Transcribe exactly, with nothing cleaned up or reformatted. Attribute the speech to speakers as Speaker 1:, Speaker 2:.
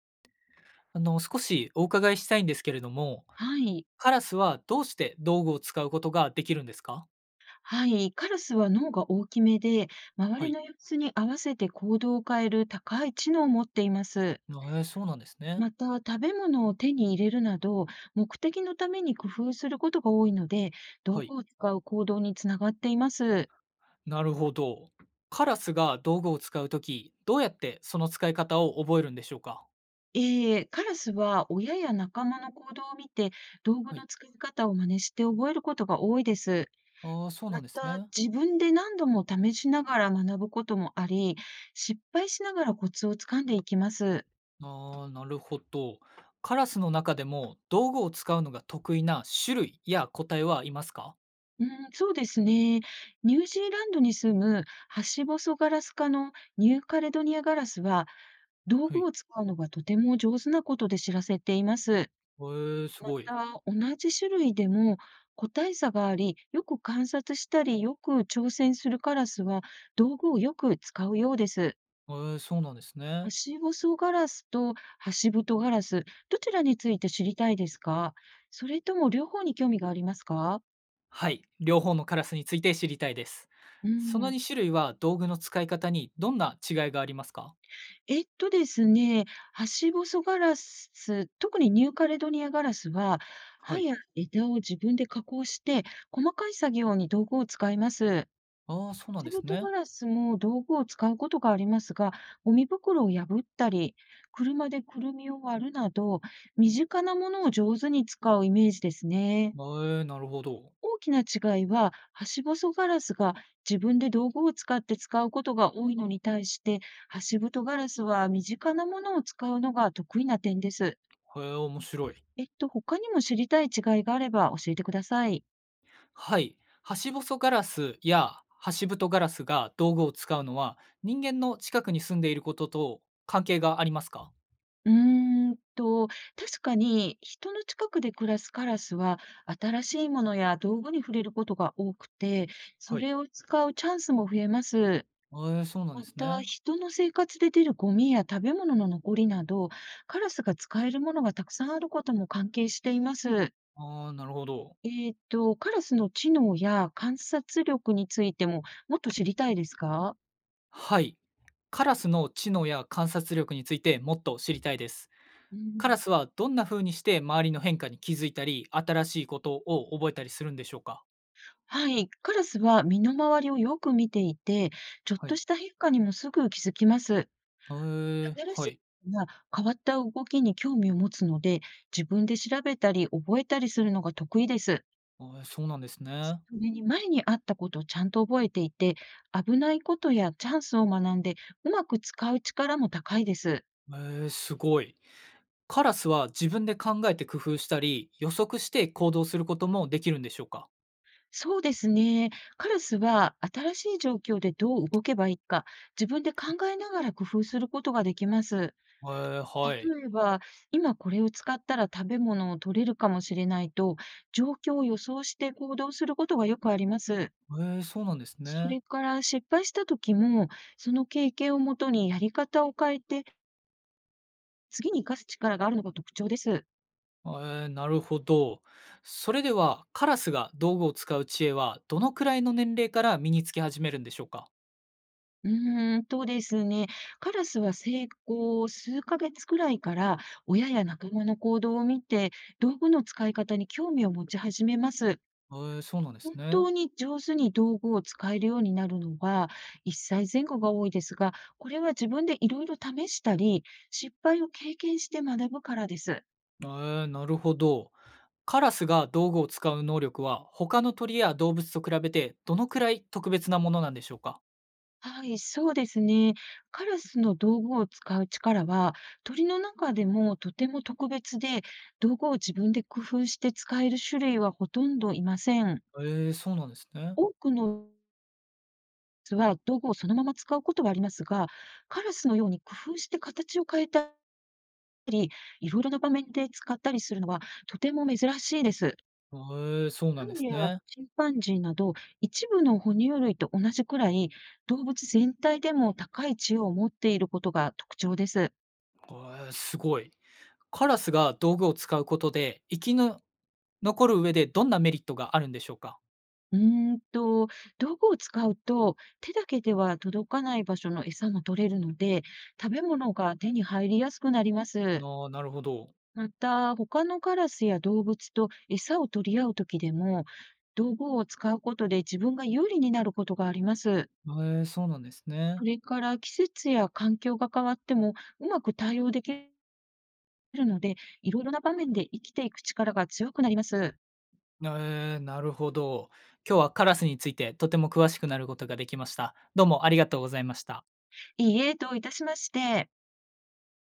Speaker 1: あの、少しお伺いしたいんですけれども、
Speaker 2: はい。
Speaker 1: カラスはどうして道具を使うことができるんですか？
Speaker 2: はい。カラスは脳が大きめで、周
Speaker 1: は
Speaker 2: り
Speaker 1: い。
Speaker 2: の様子に合わせて行動を変える高い知能を持っています。
Speaker 1: えー、そうなんですね。
Speaker 2: また、食べ物を手に入れるなど、目的のために工夫することが多いので、道
Speaker 1: は
Speaker 2: 具
Speaker 1: い。
Speaker 2: を使う行動につながっています。
Speaker 1: なるほど。カラスが道具を使うとき、どうやってその使い方を覚えるんでしょうか？
Speaker 2: ええ、カラスは親や仲間の行動を見て、道具
Speaker 1: はい。
Speaker 2: の使い方を真似して覚えることが多いです。
Speaker 1: ああ、そうな
Speaker 2: ま
Speaker 1: んです
Speaker 2: た、
Speaker 1: ね。
Speaker 2: 自分で何度も試しながら学ぶこともあり、失敗しながらコツをつかんでいきます。
Speaker 1: ああ、なるほど。カラスの中でも道具を使うのが得意な種類や個体はいますか？
Speaker 2: うん、そうですね。ニュージーランドに住むハシボソガラス科のニューカレドニアガラスは、道
Speaker 1: は
Speaker 2: 具
Speaker 1: い。
Speaker 2: を使うのがとても上手なことで知らせています。
Speaker 1: えー、す
Speaker 2: ま
Speaker 1: ごい。
Speaker 2: た、同じ種類でも個体差があり、よく観察したり、よく挑戦するカラスは、道具をよく使うようです。
Speaker 1: えー、そうなんです
Speaker 2: ハ
Speaker 1: ね。
Speaker 2: シボソガラスとハシブトガラス、どちらについて知りたいですか？それとも両方に興味がありますか？
Speaker 1: はい、両方のカラスについて知りたいです。
Speaker 2: う
Speaker 1: その
Speaker 2: ん。
Speaker 1: に種類は道具の使い方にどんな違いがありますか？
Speaker 2: えっとですね、ハシボソガラス、特にニューカレドニアガラスは、
Speaker 1: は
Speaker 2: 葉
Speaker 1: い。
Speaker 2: や枝を自分で加工して、細かい作業に道具を使います。セ
Speaker 1: ああ、そうなんで
Speaker 2: シブ
Speaker 1: す
Speaker 2: ト
Speaker 1: ね。
Speaker 2: ガラスも道具を使うことがありますが、ゴミ袋を破ったり、車でくるみを割るなど、身近なものを上手に使うイメージです
Speaker 1: え
Speaker 2: ね。
Speaker 1: ー、なるほど。
Speaker 2: 大きな違いは、はしぼそガラスが自分で道具を使って使うことが多いのに対して、はしブとガラスは身近なものを使うのが得意な点です。
Speaker 1: へえ、面白い。
Speaker 2: えっと、他にも知りたい違いがあれば教えてください。
Speaker 1: はい。ハシボソガラスやハシブトガラスが道具を使うのは人間の近くに住んでいることと関係がありますか？
Speaker 2: うーんと、確かに人の近くで暮らすカラスは、新しいものや道具に触れることが多くて、そ
Speaker 1: はい。
Speaker 2: れを使うチャンスも増えます。
Speaker 1: えー、そうなんで
Speaker 2: ま
Speaker 1: す
Speaker 2: た、
Speaker 1: ね。
Speaker 2: 人の生活で出るゴミや食べ物の残りなど、カラスが使えるものがたくさんあることも関係しています。
Speaker 1: ああ、なるほど。
Speaker 2: えーと、カラスの知能や観察力についてももっと知りたいですか？
Speaker 1: はい。カラスの知能や観察力についてもっと知りたいです。
Speaker 2: う
Speaker 1: カラ
Speaker 2: ん、
Speaker 1: スはどんな風にして周りの変化に気づいたり、新しいことを覚えたりするんでしょうか？
Speaker 2: はい。カラスは身の回りをよく見ていて、ちょっ
Speaker 1: は
Speaker 2: と
Speaker 1: い。
Speaker 2: した変化にもすぐ気づきます。
Speaker 1: へー、
Speaker 2: 新し
Speaker 1: は
Speaker 2: い
Speaker 1: い。え
Speaker 2: ことや変わった動きに興味を持つので、自分で調べたり覚えたりするのが得意です。
Speaker 1: ーそうなんです
Speaker 2: そ
Speaker 1: ね。
Speaker 2: れに前にあったことをちゃんと覚えていて、危ないことやチャンスを学んで、うまく使う力も高いです。
Speaker 1: えーすごい。カラスは自分で考えて工夫したり、予測して行動することもできるんでしょうか？
Speaker 2: そうですね。カラスは新しい状況でどう動けばいいか、自分で考えながら工夫することができます。
Speaker 1: えー、はい。
Speaker 2: 例えば、今これを使ったら食べ物を取れるかもしれないと、状況を予想して行動することがよくあります。
Speaker 1: えーそうなんです
Speaker 2: そ
Speaker 1: ね。
Speaker 2: れから失敗した時も、その経験をもとにやり方を変えて次に活かす力があるのが特徴です。
Speaker 1: えーなるほど。それでは、カラスが道具を使う知恵はどのくらいの年齢から身につけ始めるんでしょうか？
Speaker 2: うーんとですね、カラスは生後数ヶ月くらいから親や仲間の行動を見て道具の使い方に興味を持ち始めます。
Speaker 1: えーそうなんです
Speaker 2: 本
Speaker 1: ね。
Speaker 2: 当に上手に道具を使えるようになるのはいっさい前後が多いですが、これは自分でいろいろ試したり、失敗を経験して学ぶからです。
Speaker 1: えーなるほど。カラスが道具を使う能力は他の鳥や動物と比べてどのくらい特別なものなんでしょうか？
Speaker 2: はい、そうですね。カラスの道具を使う力は、鳥の中でもとても特別で、道具を自分で工夫して使える種類はほとんどいません。
Speaker 1: ええ、そうなんですね。
Speaker 2: 多くのカラスは道具をそのまま使うことはありますが、カラスのように工夫して形を変えたり、いろいろな場面で使ったりするのはとても珍しいです。
Speaker 1: ええ、そうな
Speaker 2: パ
Speaker 1: んで
Speaker 2: ン
Speaker 1: す
Speaker 2: や
Speaker 1: ね。
Speaker 2: チンパンジーなど一部の哺乳類と同じくらい動物全体でも高い知恵を持っていることが特徴です。
Speaker 1: ええ、すごい。カラスが道具を使うことで生きの残る上でどんなメリットがあるんでしょうか？
Speaker 2: うーんと、道具を使うと、手だけでは届かない場所の餌も取れるので、食べ物が手に入りやすくなります。
Speaker 1: ああ、なるほど。
Speaker 2: また、他のカラスや動物と餌を取り合うときでも、道具を使うことで自分が有利になることがあります。
Speaker 1: ええ、そうなんですね。
Speaker 2: それから季節や環境が変わってもうまく対応できるので、いろいろな場面で生きていく力が強くなります。
Speaker 1: ええ、なるほど。今日はカラスについてとても詳しくなることができました。どうもありがとうございました。
Speaker 2: いいえ、どういたしまして。